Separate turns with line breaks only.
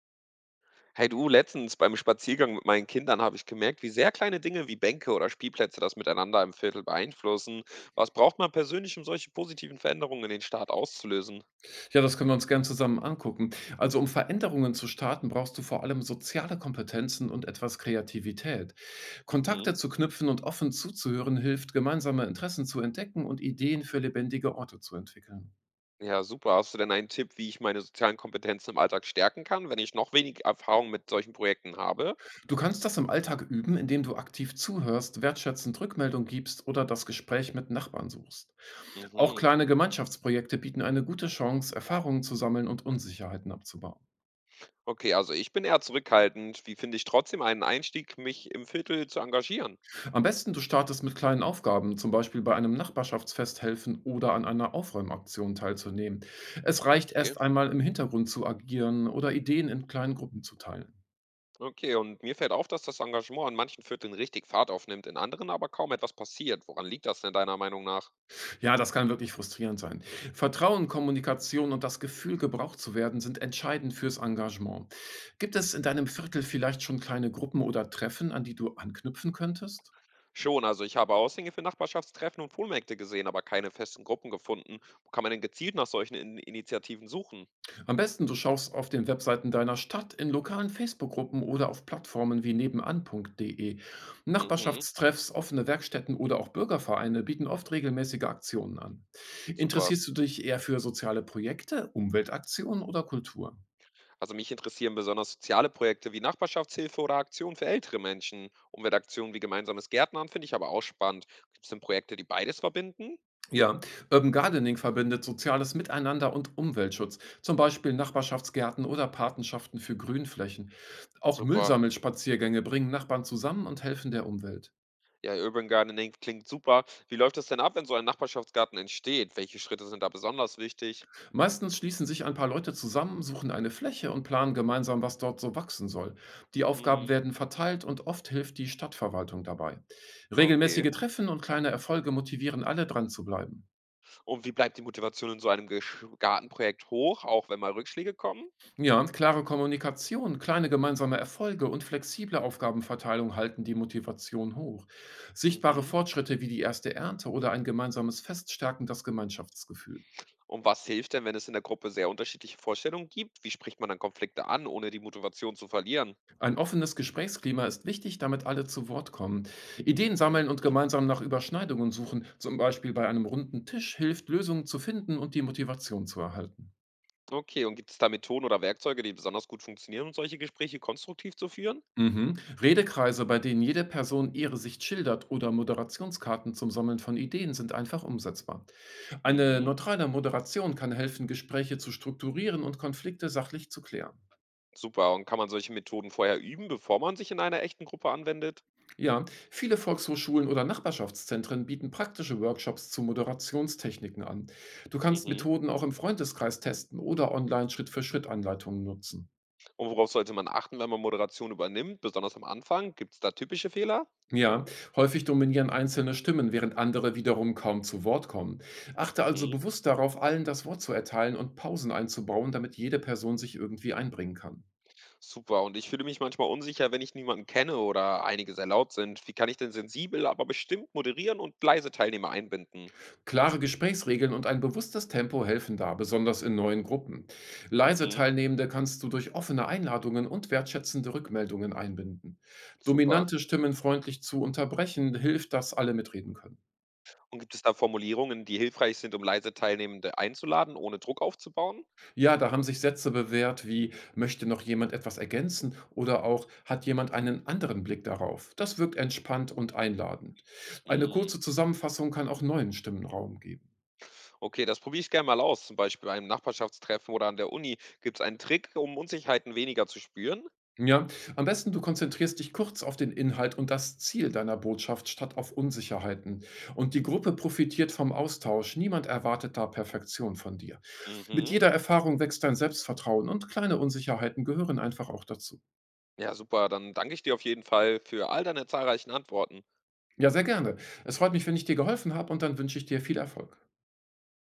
Hey du, letztens beim Spaziergang mit meinen Kindern habe ich gemerkt, wie sehr kleine Dinge wie Bänke oder Spielplätze das Miteinander im Viertel beeinflussen. Was braucht man persönlich, um solche positiven Veränderungen in den Staat auszulösen?
Ja, das können wir uns gern zusammen angucken. Also, um Veränderungen zu starten, brauchst du vor allem soziale Kompetenzen und etwas Kreativität. Kontakte
Mhm.
zu knüpfen und offen zuzuhören hilft, gemeinsame Interessen zu entdecken und Ideen für lebendige Orte zu entwickeln.
Ja, super. Hast du denn einen Tipp, wie ich meine sozialen Kompetenzen im Alltag stärken kann, wenn ich noch wenig Erfahrung mit solchen Projekten habe?
Du kannst das im Alltag üben, indem du aktiv zuhörst, wertschätzend Rückmeldung gibst oder das Gespräch mit Nachbarn suchst. Auch
Mhm.
kleine Gemeinschaftsprojekte bieten eine gute Chance, Erfahrungen zu sammeln und Unsicherheiten abzubauen.
Okay, also ich bin eher zurückhaltend. Wie finde ich trotzdem einen Einstieg, mich im Viertel zu engagieren?
Am besten, du startest mit kleinen Aufgaben, zum Beispiel bei einem Nachbarschaftsfest helfen oder an einer Aufräumaktion teilzunehmen. Es reicht
Okay.
erst einmal im Hintergrund zu agieren oder Ideen in kleinen Gruppen zu teilen.
Okay, und mir fällt auf, dass das Engagement in manchen Vierteln richtig Fahrt aufnimmt, in anderen aber kaum etwas passiert. Woran liegt das denn deiner Meinung nach?
Ja, das kann wirklich frustrierend sein. Vertrauen, Kommunikation und das Gefühl, gebraucht zu werden, sind entscheidend fürs Engagement. Gibt es in deinem Viertel vielleicht schon kleine Gruppen oder Treffen, an die du anknüpfen könntest?
Schon, also ich habe Aushänge für Nachbarschaftstreffen und Wohnmärkte gesehen, aber keine festen Gruppen gefunden. Wo kann man denn gezielt nach solchen in Initiativen suchen?
Am besten du schaust auf den Webseiten deiner Stadt, in lokalen Facebook-Gruppen oder auf Plattformen wie nebenan.de.
Mhm,
Nachbarschaftstreffs, offene Werkstätten oder auch Bürgervereine bieten oft regelmäßige Aktionen an.
super.
Interessierst du dich eher für soziale Projekte, Umweltaktionen oder Kultur?
Also mich interessieren besonders soziale Projekte wie Nachbarschaftshilfe oder Aktionen für ältere Menschen. Umweltaktionen wie gemeinsames Gärtnern finde ich aber auch spannend. Gibt es denn Projekte, die beides verbinden?
Ja, Urban Gardening verbindet soziales Miteinander und Umweltschutz, zum Beispiel Nachbarschaftsgärten oder Patenschaften für Grünflächen. Auch
Super.
Müllsammelspaziergänge bringen Nachbarn zusammen und helfen der Umwelt.
Ja, Urban Gardening klingt super. Wie läuft das denn ab, wenn so ein Nachbarschaftsgarten entsteht? Welche Schritte sind da besonders wichtig?
Meistens schließen sich ein paar Leute zusammen, suchen eine Fläche und planen gemeinsam, was dort so wachsen soll. Die Aufgaben
Mhm.
werden verteilt und oft hilft die Stadtverwaltung dabei.
Okay.
Regelmäßige Treffen und kleine Erfolge motivieren alle dran zu bleiben.
Und wie bleibt die Motivation in so einem Gesch Gartenprojekt hoch, auch wenn mal Rückschläge kommen?
Ja, und klare Kommunikation, kleine gemeinsame Erfolge und flexible Aufgabenverteilung halten die Motivation hoch. Sichtbare
Mhm.
Fortschritte wie die erste Ernte oder ein gemeinsames Fest stärken das Gemeinschaftsgefühl.
Und was hilft denn, wenn es in der Gruppe sehr unterschiedliche Vorstellungen gibt? Wie spricht man dann Konflikte an, ohne die Motivation zu verlieren?
Ein offenes Gesprächsklima ist wichtig, damit alle zu Wort kommen. Ideen sammeln und
Mhm.
gemeinsam nach Überschneidungen suchen, zum Beispiel bei einem runden Tisch, hilft, Lösungen zu finden und die Motivation zu erhalten.
Okay, und gibt es da Methoden oder Werkzeuge, die besonders gut funktionieren, um solche Gespräche konstruktiv zu führen?
Mhm. Redekreise, bei denen jede Person ihre Sicht schildert oder Moderationskarten zum Sammeln von Ideen sind einfach umsetzbar. Eine
Mhm.
neutrale Moderation kann helfen, Gespräche zu strukturieren und Konflikte sachlich zu klären.
Super. Und kann man solche Methoden vorher üben, bevor man sich in einer echten Gruppe anwendet?
Ja, viele Volkshochschulen oder Nachbarschaftszentren bieten praktische Workshops zu Moderationstechniken an. Du kannst
Mhm.
Methoden auch im Freundeskreis testen oder online Schritt für Schritt Anleitungen nutzen.
Und worauf sollte man achten, wenn man Moderation übernimmt? Besonders am Anfang? Gibt es da typische Fehler?
Ja, häufig dominieren einzelne Stimmen, während andere wiederum kaum zu Wort kommen. Achte also
Mhm.
bewusst darauf, allen das Wort zu erteilen und Pausen einzubauen, damit jede Person sich irgendwie einbringen kann.
Super. Und ich fühle mich manchmal unsicher, wenn ich niemanden kenne oder einige sehr laut sind. Wie kann ich denn sensibel, aber bestimmt moderieren und leise Teilnehmer einbinden?
Klare Gesprächsregeln und ein bewusstes Tempo helfen da, besonders in neuen Gruppen. Leise
Mhm.
Teilnehmende kannst du durch offene Einladungen und wertschätzende Rückmeldungen einbinden.
Super.
Dominante Stimmen freundlich zu unterbrechen hilft, dass alle mitreden können.
Und gibt es da Formulierungen, die hilfreich sind, um leise Teilnehmende einzuladen, ohne Druck aufzubauen?
Ja, da haben sich Sätze bewährt wie möchte noch jemand etwas ergänzen oder auch hat jemand einen anderen Blick darauf. Das wirkt entspannt und einladend. Eine
Mhm.
kurze Zusammenfassung kann auch neuen Stimmen Raum geben.
Okay, das probiere ich gerne mal aus. Zum Beispiel bei einem Nachbarschaftstreffen oder an der Uni. Gibt es einen Trick, um Unsicherheiten weniger zu spüren?
Ja, am besten du konzentrierst dich kurz auf den Inhalt und das Ziel deiner Botschaft statt auf Unsicherheiten. Und die Gruppe profitiert vom Austausch. Niemand erwartet da Perfektion von dir. Mit
Mhm.
jeder Erfahrung wächst dein Selbstvertrauen und kleine Unsicherheiten gehören einfach auch dazu.
Ja, super. Dann danke ich dir auf jeden Fall für all deine zahlreichen Antworten.
Ja, sehr gerne. Es freut mich, wenn ich dir geholfen habe und dann wünsche ich dir viel Erfolg.